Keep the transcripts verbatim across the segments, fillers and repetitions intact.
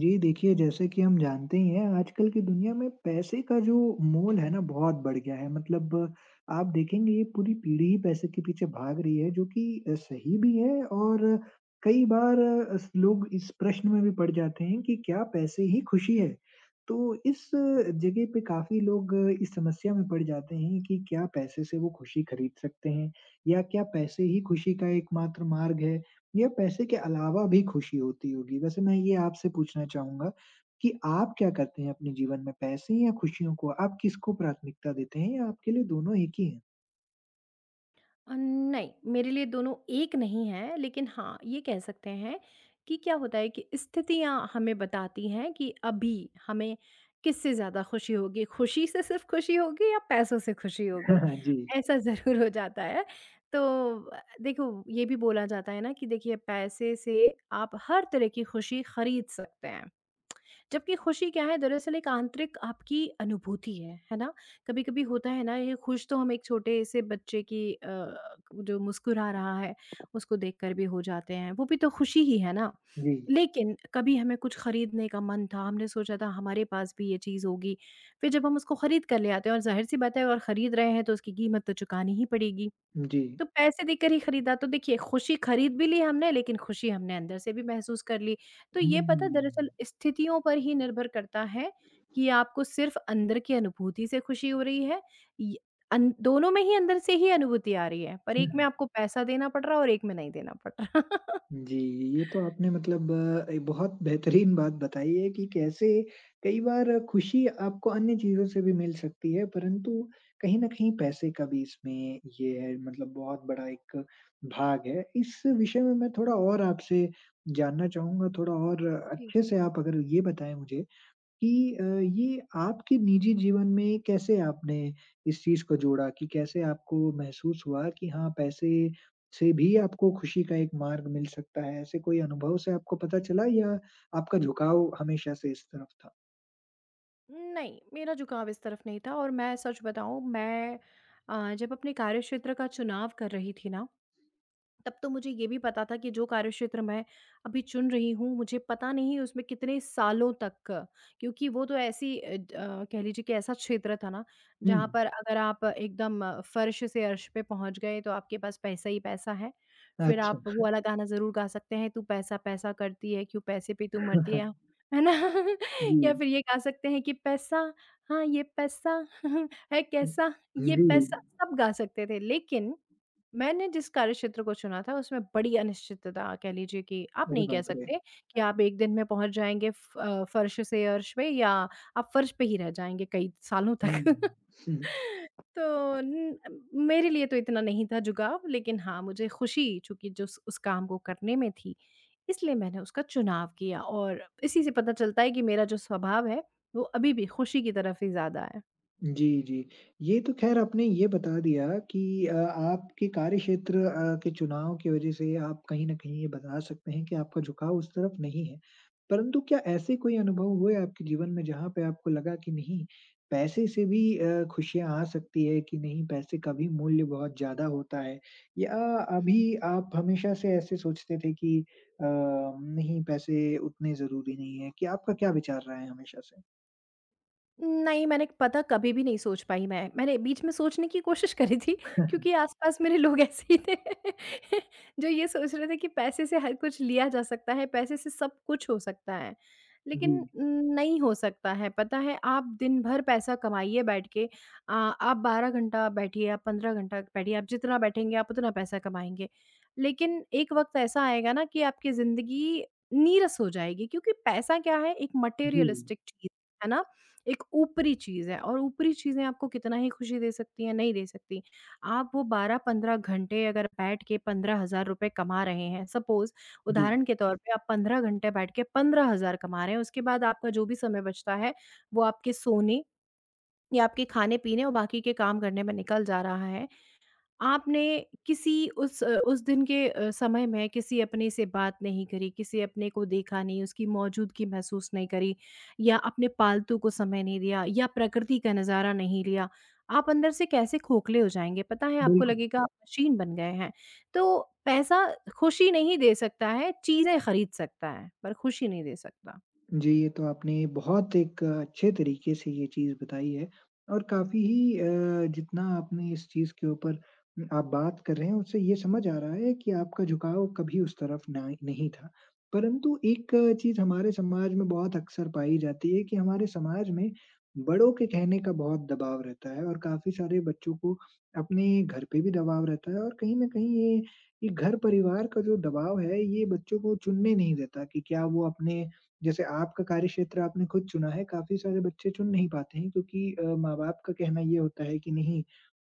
जी, देखिए जैसे कि हम जानते ही हैं आजकल की दुनिया में पैसे का जो मोल है ना बहुत बढ़ गया है। मतलब आप देखेंगे ये पूरी पीढ़ी ही पैसे के पीछे भाग रही है जो कि अ, सही भी है और कई बार अ, स लोग इस प्रश्न में भी पड़ जाते हैं कि क्या पैसे ही खुशी है? तो इस अ, जगह पे काफ़ी लोग अ, इस समस्या में पड़ जाते हैं कि क्या पैसे से वो खुशी खरीद सकते हैं? या क्या पैसे ही खुशी का एकमात्र मार्ग है? या पैसे के अलावा भी खुशी होती होगी। वैसे मैं ये आपसे पूछना चाहूँगा कि आप क्या करते हैं अपने जीवन में पैसे या खुशियों को? आप किसको प्राथमिकता देते हैं या आपके लिए दोनों एक ही हैं? अ, नहीं, मेरे लिए दोनों एक नहीं है, लेकिन हाँ, ये कह सकते हैं कि क्या होता है कि स्थितियाँ हमें बताती हैं कि अभी हमें किससे ज़्यादा खुशी होगी, खुशी से सिर्फ़ खुशी होगी या पैसों से खुशी होगी, जी, ऐसा ज़रूर हो जाता है। तो अ, देखो, ये भी बोला जाता है ना कि देखिए पैसे से आप हर तरह की खुशी खरीद सकते हैं। जबकि खुशी क्या है, दरअसल एक आंतरिक आपकी अनुभूति है, है ना? कभी-कभी होता है ना, ये खुश तो हम एक छोटे से बच्चे की अ, जो मुस्कुरा रहा है, उसको देखकर भी हो जाते हैं, वो भी तो खुशी ही है ना। जी, लेकिन कभी हमें कुछ खरीदने का मन था, हमने सोचा था हमारे पास भी ये चीज़ होगी, फिर जब हम उसको खरीद कर ले आते हैं और ज़ाहिर-सी बात है अगर खरीद रहे हैं तो उसकी कीमत तो चुकानी ही पड़ेगी। जी। तो पैसे देकर ही खरीदा, तो देखिए खुशी खरीद भी ली हमने, लेकिन खुशी हमने अंदर से भी महसूस कर ली। तो ये पता दरअसल हुँ। स्थितियों पर ही निर्भर करता है कि आपको सिर्फ़ अंदर की अनुभूति से खुशी हो रही है य अन दोनों में ही अंदर से ही अनुभूति आ रही है, पर एक में आपको पैसा देना पड़ रहा है और एक में नहीं देना पड़ रहा। जी, ये तो आपने मतलब अ, एक बहुत बेहतरीन बात बताई है कि कैसे कई बार खुशी आपको अन्य चीज़ों से भी मिल सकती है, परंतु कहीं न कहीं पैसे का भी इसमें ये है मतलब बहुत बड़ा एक भाग है। इस विषय में मैं थोड़ा और आपसे जानना चाहूँगा, थोड़ा और जी। अच्छे से आप अगर ये बताएँ मुझे कि अ, ये आपके निजी जीवन में कैसे आपने इस चीज़ को जोड़ा कि कैसे आपको महसूस हुआ कि हाँ, पैसे से भी आपको खुशी का एक मार्ग मिल सकता है? ऐसे कोई अनुभव से आपको पता चला या आपका झुकाव हमेशा से इस तरफ था? नहीं, मेरा झुकाव इस तरफ नहीं था, और मैं सच बताऊँ, मैं अ, जब अपने कार्यक्षेत्र का चुनाव कर रही थी ना, तब तो मुझे ये भी पता था कि जो कार्यक्षेत्र मैं अभी चुन रही हूँ, मुझे पता नहीं उसमें कितने सालों तक, क्योंकि वो तो ऐसी अ, ज- अ, कह लीजिए कि ऐसा क्षेत्र था ना, हुँ, जहाँ पर अगर आप एकदम अ, फर्श से अर्श पे पहुँच गए तो आपके पास पैसा ही पैसा है। फिर आप अच्छा। वो वाला गाना ज़रूर गा सकते हैं, तू पैसा पैसा करती है, क्यों पैसे पे तू मरती है है ना। जी। या फिर ये गा सकते हैं कि पैसा, हाँ ये पैसा है कैसा, ये जी। पैसा, सब गा सकते थे। लेकिन मैंने जिस कार्यक्षेत्र को चुना था, उसमें बड़ी अनिश्चितता, कह लीजिए कि आप अरे नहीं कह बाप रे! सकते कि आप एक दिन में पहुँच जाएँगे फ अ, फर्श से अर्श पे, या आप फर्श पे ही रह जाएँगे कई सालों तक। हुँ। तो न मेरे लिए तो इतना नहीं था जुगाव, लेकिन हाँ, मुझे खुशी चूँकि जिस उस उस काम को करने में थी, इसलिए मैंने उसका चुनाव किया, और इसी से पता चलता है कि मेरा जो स्वभाव है, वो अभी भी खुशी की तरफ ही ज़्यादा है। जी, जी। ये तो ख़ैर आपने ये बता दिया कि अ, आपके कार्यक्षेत्र अ, के चुनाव की वज़ह से आप कहीं न कहीं ये बता सकते हैं कि आपका झुकाव उस तरफ नहीं है। परंतु क्या ऐसे कोई अनुभव हुए आपके जीवन में जहाँ पे आपको लगा कि नहीं, पैसे से भी अ, खुशियाँ आ सकती है कि नहीं पैसे का भी मूल्य बहुत ज़्यादा होता है? या अभी आप हमेशा से ऐसे सोचते थे कि अ, नहीं पैसे उतने ज़रूरी नहीं है? कि आपका क्या विचार रहा है हमेशा से? नहीं, मैंने पता कभी भी नहीं सोच पाई मैं। मैंने बीच में सोचने की कोशिश करी थी क्योंकि आस-पास मेरे लोग ऐसे ही थे, जो ये सोच रहे थे कि पैसे से हर कुछ लिया जा सकता है, पैसे से सब कुछ हो सकता है। जी, लेकिन नहीं हो सकता है, पता है? आप दिन भर पैसा कमाइए बैठ के। अ, आप बारह घंटा बैठिए, आप पंद्रह घंटा बैठिए, आप जितना बैठेंगे आप उतना पैसा कमाएँगे। लेकिन एक वक़्त ऐसा आएगा ना कि आपकी ज़िंदगी नीरस हो जाएगी, क्योंकि पैसा क्या है, एक जी, मटेरियलिस्टिक चीज़, है ना? एक ऊपरी चीज़ है, और ऊपरी चीज़ें आपको कितना ही खुशी दे सकती हैं, नहीं दे सकती। आप वो बारह पंद्रह घंटे अगर बैठ के पंद्रह हज़ार रुपए कमा रहे हैं, सपोज़, जी। उदाहरण के तौर पे आप पंद्रह घंटे बैठ के पंद्रह हज़ार कमा रहे हैं, उसके बाद आपका जो भी समय बचता है, वो आपके सोने या आपके खाने-पीने और बाकी के काम करने में निकल जा रहा है। आपने किसी उस अ, उस दिन के अ, समय में किसी अपने से बात नहीं करी, किसी अपने को देखा नहीं, उसकी मौजूदगी महसूस नहीं करी, या अपने पालतू को समय नहीं दिया, या प्रकृति का नज़ारा नहीं लिया, आप अंदर से कैसे खोखले हो जाएँगे, पता है, आपको बिल्कुल। लगेगा आप मशीन बन गए हैं। तो पैसा खुशी नहीं दे सकता है, चीज़ें खरीद सकता है, पर खुशी नहीं दे सकता। जी, ये तो आपने बहुत एक अच्छे तरीके से ये चीज़ बताई है और काफ़ी ही अ, जितना आपने इस चीज़ के ऊपर आप बात कर रहे हैं, उससे ये समझ आ रहा है कि आपका झुकाव कभी उस तरफ ना नहीं था। परंतु एक चीज़ हमारे समाज में बहुत अक्सर पाई जाती है कि हमारे समाज में बड़ों के कहने का बहुत दबाव रहता है और काफ़ी सारे बच्चों को अपने घर पे भी दबाव रहता है और कहीं न कहीं ये ये घर परिवार का जो दबाव है, ये बच्चों को चुनने नहीं देता कि क्या वो अपने जैसे आपका कार्यक्षेत्र आपने खुद चुना है, काफ़ी सारे बच्चे चुन नहीं पाते हैं क्योंकि अ, माँ-बाप का कहना ये होता है कि नहीं,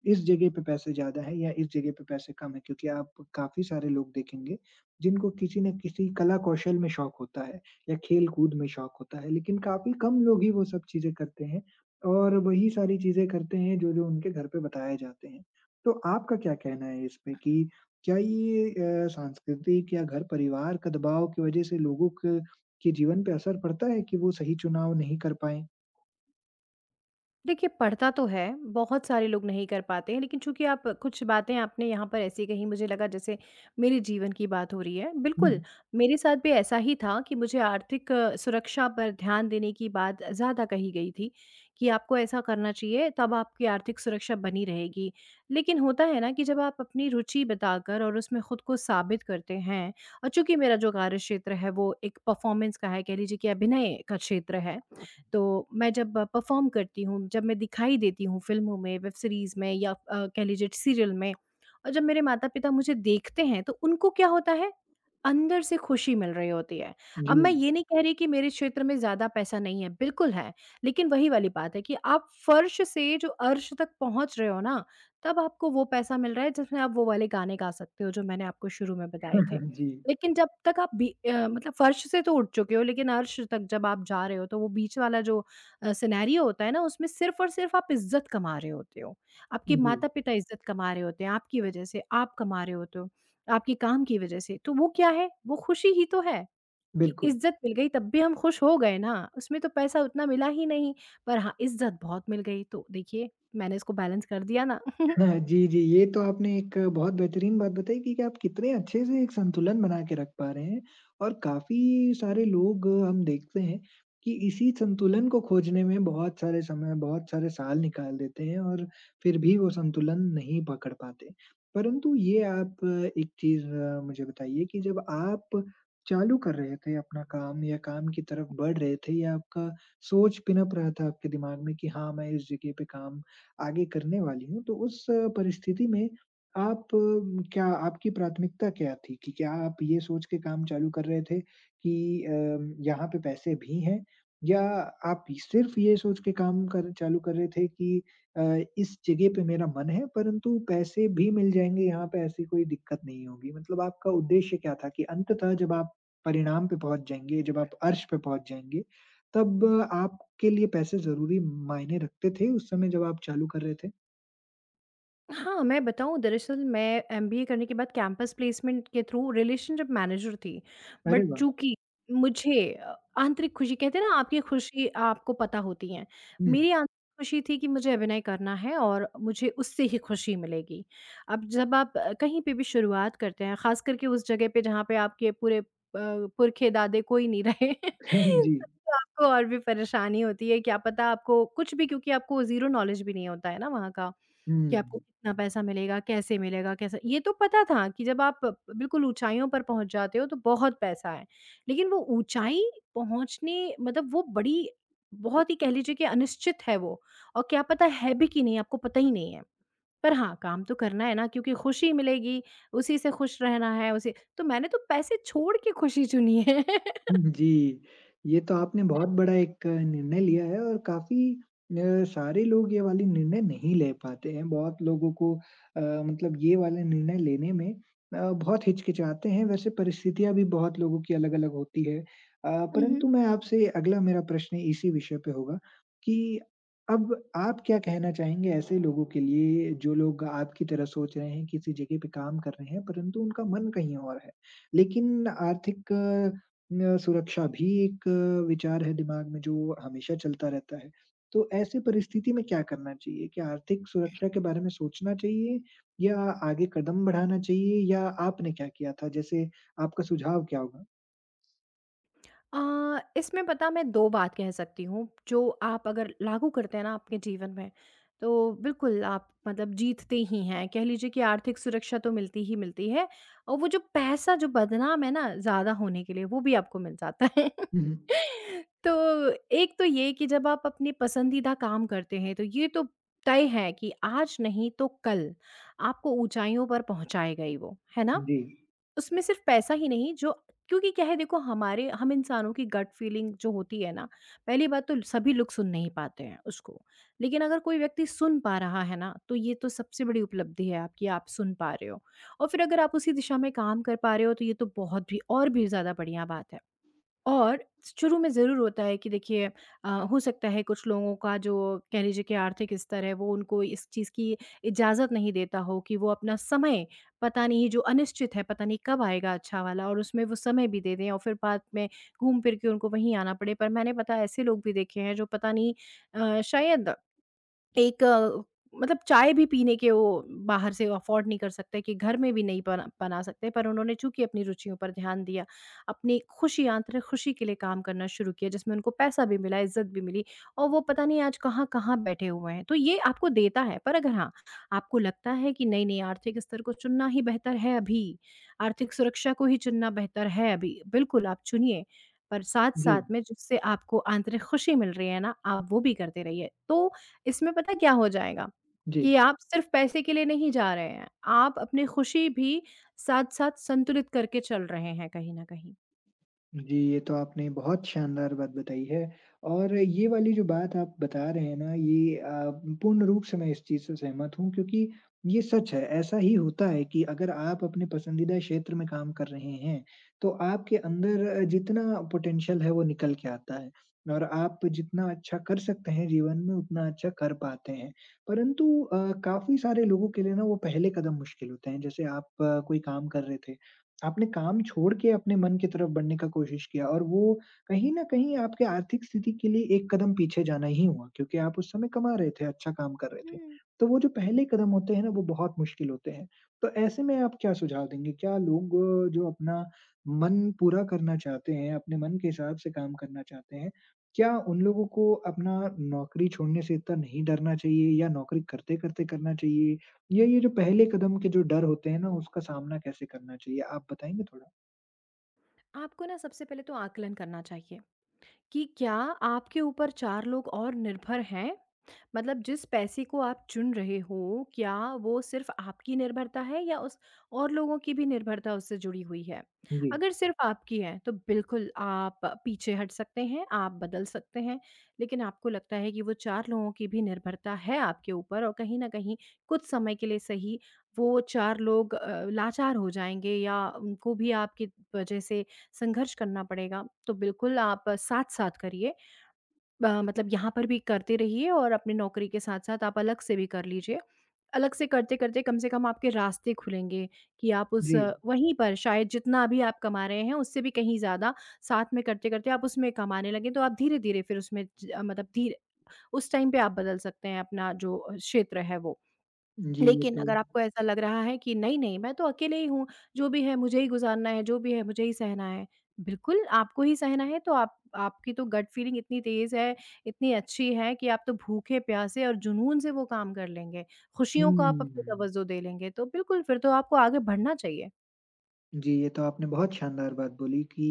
इस जगह पे पैसे ज़्यादा है या इस जगह पे पैसे कम है क्योंकि आप काफ़ी सारे लोग देखेंगे, जिनको किसी न किसी कला-कौशल में शौक होता है या खेल-कूद में शौक होता है, लेकिन काफ़ी कम लोग ही वो सब चीज़ें करते हैं और वही सारी चीज़ें करते हैं जो-जो उनके घर पे बताए जाते हैं। तो आपका क्या कहना है इस पे कि क्या ये अ, सांस्कृतिक या घर परिवार का दबाव की वजह से लोगों के के जीवन पे असर पड़ता है कि वो सही चुनाव नहीं कर पाएँ? देखिए, पढ़ता तो है, बहुत सारे लोग नहीं कर पाते हैं, लेकिन चूँकि आप कुछ बातें, आपने यहाँ पर ऐसी कहीं, मुझे लगा जैसे मेरे जीवन की बात हो रही है। हुँ। बिल्कुल, मेरे साथ भी ऐसा ही था कि मुझे आर्थिक अ, सुरक्षा पर ध्यान देने की बात ज़्यादा कही गई थी, कि आपको ऐसा करना चाहिए, तब आपकी आर्थिक सुरक्षा बनी रहेगी। लेकिन होता है ना कि जब आप अपनी रुचि बताकर और उसमें खुद को साबित करते हैं, और चूँकि मेरा जो कार्यक्षेत्र है वो एक परफ़ॉर्मेंस का है, कह लीजिए कि अभिनय का क्षेत्र है, तो मैं जब परफ़ॉर्म करती हूँ, जब मैं दिखाई देती हूँ फ़िल्मों में, वेब सीरीज़ में, या अ, कह लीजिए सीरियल में, और जब मेरे माता-पिता मुझे देखते हैं, तो उनको क्या होता है, अंदर से खुशी मिल रही होती है। जी। अब मैं ये नहीं कह रही कि मेरे क्षेत्र में ज़्यादा पैसा नहीं है, बिल्कुल है, लेकिन वही वाली बात है कि आप फ़र्श से जो अर्श तक पहुँच रहे हो ना, तब आपको वो पैसा मिल रहा है जिसमें आप वो वाले गाने गा सकते हो, जो मैंने आपको शुरू में बताए थे। जी, लेकिन जब तक आप बी अ, मतलब फर्श से तो उठ चुके हो, लेकिन अर्श तक जब आप जा रहे हो, तो वो बीच वाला जो अ, सिनेरियो होता है ना, उसमें सिर्फ़ और सिर्फ़ आप इज़्ज़त कमा रहे होते हो। आपके जी, माता-पिता इज़्ज़त कमा रहे होते हैं आपकी वज़ह से, आप कमा रहे होते हो आपके काम की वज़ह से। तो वो क्या है? वो खुशी ही तो है कि बिल्कुल। इज़्ज़त मिल गई, तब भी हम खुश हो गए ना, उसमें तो पैसा उतना मिला ही नहीं, पर हाँ, इज़्ज़त बहुत मिल गई। तो देखिए, मैंने इसको बैलेंस कर दिया ना। हाँ, जी, जी। ये तो आपने एक बहुत बेहतरीन बात बताई कि कि आप कितने अच्छे से एक संतुलन बना के रख पा रहे हैं और काफ़ी सारे लोग हम देखते हैं कि इसी संतुलन को खोजने में बहुत सारे समय, बहुत सारे साल निकाल देते हैं और फिर भी वो संतुलन नहीं पकड़ पाते। परंतु ये आप एक चीज़ मुझे बताइए कि जब आप चालू कर रहे थे अपना काम या काम की तरफ बढ़ रहे थे या आपका सोच पिनप रहा था आपके दिमाग में कि हाँ, मैं इस जगह पे काम आगे करने वाली हूँ, तो उस अ, परिस्थिति में आप अ, क्या आपकी प्राथमिकता क्या थी? कि क्या आप ये सोच के काम चालू कर रहे थे कि अम, यहाँ पे पैसे भी हैं? या आप सिर्फ़ ये सोच के काम कर चालू कर रहे थे कि अ, इस जगह पे मेरा मन है, परंतु पैसे भी मिल जाएँगे, यहाँ पे ऐसी कोई दिक्कत नहीं होगी? मतलब आपका उद्देश्य क्या था कि अंततः जब आप परिणाम पे पहुँच जाएँगे, जब आप अर्श पे पहुँच जाएँगे, तब आपके लिए पैसे ज़रूरी मायने रखते थे उस समय जब आप चालू कर रहे थे? हाँ, मैं बताऊँ, दरअसल मैं एमबीए करने के बाद कैंपस प्लेसमेंट के थ्रू रिलेशनशिप मैनेजर थी। अरे बट वाह! चूँकि मुझे अ, आंतरिक खुशी कहते हैं ना, आपकी खुशी आपको पता होती है। हुँ, मेरी आंतरिक खुशी थी कि मुझे अभिनय करना है और मुझे उससे ही खुशी मिलेगी। अब जब आप अ, कहीं पे भी शुरुआत करते हैं, ख़ास करके उस जगह पे जहाँ पे आपके पूरे अ, पुरखे दादे कोई नहीं रहे, जी, तब तो आपको और भी परेशानी होती है। क्या पता आपको कुछ भी, क्योंकि आपको ज़ीरो नॉलेज भी नहीं होता है ना वहाँ का। कि आपको हुँ। कितना पैसा मिलेगा, कैसे मिलेगा, कैसे, ये तो पता था कि जब आप बिल्कुल ऊँचाइयों पर पहुँच जाते हो तो बहुत पैसा है। लेकिन वो ऊँचाई पहुँचने मतलब वो बड़ी, बहुत ही, कह लीजिए कि अनिश्चित है वो, और क्या पता है भी कि नहीं, आपको पता ही नहीं है। पर हाँ, काम तो करना है ना क्योंकि खुशी मिलेगी, उसी से खुश रहना है, उसी तो, मैंने तो पैसे छोड़ के खुशी चुनी है। जी, ये तो आपने बहुत बड़ा एक निर्णय लिया है और काफ़ी अ, सारे लोग ये वाले निर्णय नहीं ले पाते हैं। बहुत लोगों को अ, मतलब ये वाले निर्णय लेने में अ, बहुत हिचकिचाते हैं, वैसे परिस्थितियाँ भी बहुत लोगों की अलग-अलग होती है। अ, मम्म। परंतु मैं आपसे अगला मेरा प्रश्न इसी विषय पे होगा कि अब आप क्या कहना चाहेंगे ऐसे लोगों के लिए जो लोग आपकी तरह सोच रहे हैं, किसी जगह पे काम कर रहे हैं परंतु उनका मन कहीं और है। लेकिन आर्थिक अ, सुरक्षा भी एक अ, विचार है दिमाग में जो हमेशा चलता रहता है। तो ऐसे परिस्थिति में क्या करना चाहिए? क्या आर्थिक सुरक्षा के बारे में सोचना चाहिए या आगे कदम बढ़ाना चाहिए या आपने क्या किया था? जैसे आपका सुझाव क्या होगा? अ, इसमें पता, मैं दो बात कह सकती हूँ, जो आप अगर लागू करते हैं ना आपके जीवन में, तो बिल्कुल आप मतलब जीतते ही हैं। कह लीजिए कि आर्थिक सुरक्षा तो मिलती ही मिलती है, और वो जो पैसा जो बदनाम है ना ज़्यादा होने के लिए, वो भी आपको मिल जाता है। हुँ, हुँ। तो एक तो ये कि जब आप अपने पसंदीदा काम करते हैं, तो ये तो तय है कि आज नहीं तो कल आपको ऊँचाइयों पर पहुँचाएगा ही वो, है ना? जी। उसमें सिर्फ़ पैसा ही नहीं जो, क्योंकि क्या है देखो, हमारे, हम इंसानों की गट फ़ीलिंग जो होती है ना, पहली बात तो सभी लोग सुन नहीं पाते हैं उसको। लेकिन अगर कोई व्यक्ति सुन पा रहा है ना, तो ये तो सबसे बड़ी उपलब्धि है आपकी, आप सुन पा रहे हो। और फिर अगर आप उसी दिशा में काम कर पा रहे हो, तो ये तो बहुत भी, और भी ज़्यादा बढ़िया बात है। और शुरू में ज़रूर होता है कि देखिए, अ, हो सकता है कुछ लोगों का जो, कह लीजिए कि आर्थिक स्तर है, वो उनको इस चीज़ की इजाज़त नहीं देता हो कि वो अपना समय, पता नहीं जो अनिश्चित है, पता नहीं कब आएगा अच्छा वाला, और उसमें वो समय भी दे दें और फिर बाद में घूम फिर के उनको वहीं आना पड़े, पर मैंने, पता है, ऐसे लोग भी देखे हैं जो पता नहीं अ, शायद एक अ, मतलब चाय भी पीने के वो बाहर से अफ़ोर्ड नहीं कर सकते, कि घर में भी नहीं बना बना सकते, पर उन्होंने चूँकि अपनी रुचियों पर ध्यान दिया, अपनी खुशी, आंतरिक खुशी के लिए काम करना शुरू किया, जिसमें उनको पैसा भी मिला, इज़्ज़त भी मिली, और वो पता नहीं आज कहाँ-कहाँ बैठे हुए हैं। तो ये आपको देता है, पर अगर हाँ, आपको लगता है कि नहीं-नहीं आर्थिक स्तर को चुनना ही बेहतर है अभी, आर्थिक सुरक्षा को ही चुनना बेहतर है अभी, बिल्कुल आप चुनिए, पर जी, साथ-साथ में जिससे आपको आंतरिक खुशी मिल रही है ना, आप वो भी करते रहिए। तो इसमें पता है क्या हो जाएगा, जी। कि आप सिर्फ़ पैसे के लिए नहीं जा रहे हैं, आप अपनी खुशी भी साथ-साथ संतुलित करके चल रहे हैं कहीं न कहीं। जी, ये तो आपने बहुत शानदार बात बताई है और ये वाली जो बात आप बता रहे हैं ना ये अ, पूर्ण रूप से मैं इस चीज़ से सहमत हूँ क्योंकि ये सच है, ऐसा ही होता है कि अगर आप अपने पसंदीदा क्षेत्र में काम कर रहे हैं, तो आपके अंदर जितना पोटेंशियल है वो निकल के आता है और आप जितना अच्छा कर सकते हैं जीवन में उतना अच्छा कर पाते हैं। परंतु अ, काफ़ी सारे लोगों के लिए ना वो पहले कदम मुश्किल होते हैं, जैसे आप आ, कोई काम कर रहे थे, आपने काम छोड़ के अपने मन की तरफ बढ़ने का कोशिश किया और वो कहीं न कहीं आपके आर्थिक स्थिति के लिए एक कदम पीछे जाना ही हुआ क्योंकि आप उस समय कमा रहे थे, अच्छा काम कर रहे थे। हुँ, तो वो जो पहले कदम होते हैं ना, वो बहुत मुश्किल होते हैं। तो ऐसे में आप क्या सुझाव देंगे? क्या लोग अ, जो अपना मन पूरा करना चाहते हैं, अपने मन के हिसाब से काम करना चाहते हैं, क्या उन लोगों को अपना नौकरी छोड़ने से इतना नहीं डरना चाहिए या नौकरी करते-करते करना चाहिए? ये ये जो पहले कदम के जो डर होते हैं ना, उसका सामना कैसे करना चाहिए? आप बताएँगे थोड़ा? आपको ना सबसे पहले तो आकलन करना चाहिए, कि क्या आपके ऊपर चार लोग और निर्भर हैं? मतलब जिस पैसे को आप चुन रहे हो, क्या वो सिर्फ़ आपकी निर्भरता है, या उस, और लोगों की भी निर्भरता उससे जुड़ी हुई है? जी। अगर सिर्फ़ आपकी है, तो बिल्कुल आप पीछे हट सकते हैं, आप बदल सकते हैं, लेकिन आपको लगता है कि वो चार लोगों की भी निर्भरता है आपके ऊपर, और कहीं न कहीं कुछ समय के लिए सही, वो चार लोग अ, लाचार हो जाएँगे, या उनको भी आपकी वजह से संघर्ष करना पड़ेगा, तो बिल्कुल आप साथ-साथ करिए। अ, मतलब यहाँ पर भी करते रहिए, और अपनी नौकरी के साथ-साथ आप अलग से भी कर लीजिए। अलग से करते-करते कम से कम आपके रास्ते खुलेंगे, कि आप उस जी। अ, वहीं पर शायद, जितना अभी आप कमा रहे हैं, उससे भी कहीं ज़्यादा साथ में करते-करते आप उसमें कमाने लगें, तो आप धीरे-धीरे फिर उसमें ज अ, मतलब धीरे, उस टाइम पे आप बदल सकते हैं अपना जो अ, क्षेत्र है वो। जी, ये लेकिन तो अगर आपको ऐसा लग रहा है कि नहीं, नहीं मैं तो अकेले ही हूँ, जो भी है मुझे ही गुज़ारना है, जो भी है मुझे ही सहना है। बिल्कुल, आपको ही सहना है तो आप, आपकी तो गट फीलिंग इतनी तेज़ है, इतनी अच्छी है, कि आप तो भूखे-प्यासे और जुनून से वो काम कर लेंगे। खुशियों को आप अपनी हुँ। तवज्जो दे लेंगे, तो बिल्कुल फिर तो आपको आगे बढ़ना चाहिए। जी, ये तो आपने बहुत शानदार बात बोली कि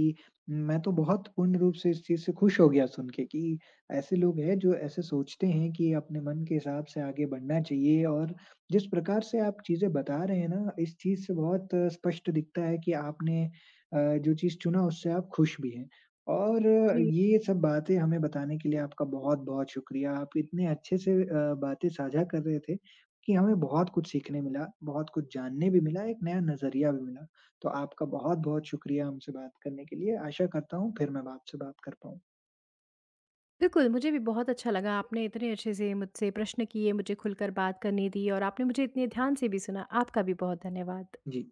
मैं तो बहुत पूर्ण रूप से इस चीज़ से खुश हो गया सुन के कि ऐसे लोग हैं जो ऐसे सोचते हैं कि अपने मन के हिसाब से आगे बढ़ना चाहिए और जिस प्रकार से आप चीज़ें बता रहे हैं ना, इस चीज़ से बहुत अ, स्पष्ट दिखता है कि आपने अ, जो चीज़ चुना उससे आप खुश भी हैं। और अ, जी। ये सब बातें हमें बताने के लिए आपका बहुत-बहुत शुक्रिया। आप इतने अच्छे से अ, बातें साझा कर रहे थे कि हमें बहुत कुछ सीखने मिला, बहुत कुछ जानने भी मिला, एक नया नज़रिया भी मिला। तो आपका बहुत-बहुत शुक्रिया हमसे बात करने के लिए। आशा करता हूँ फिर मैं आपसे बात कर पाऊँ। बिल्कुल, मुझे भी बहुत अच्छा लगा, आपने इतने अच्छे से मुझसे प्रश्न किए, मुझे खुलकर बात करने दी, और आपने मुझे इतने ध्यान से भी सुना। आपका भी बहुत धन्यवाद। जी।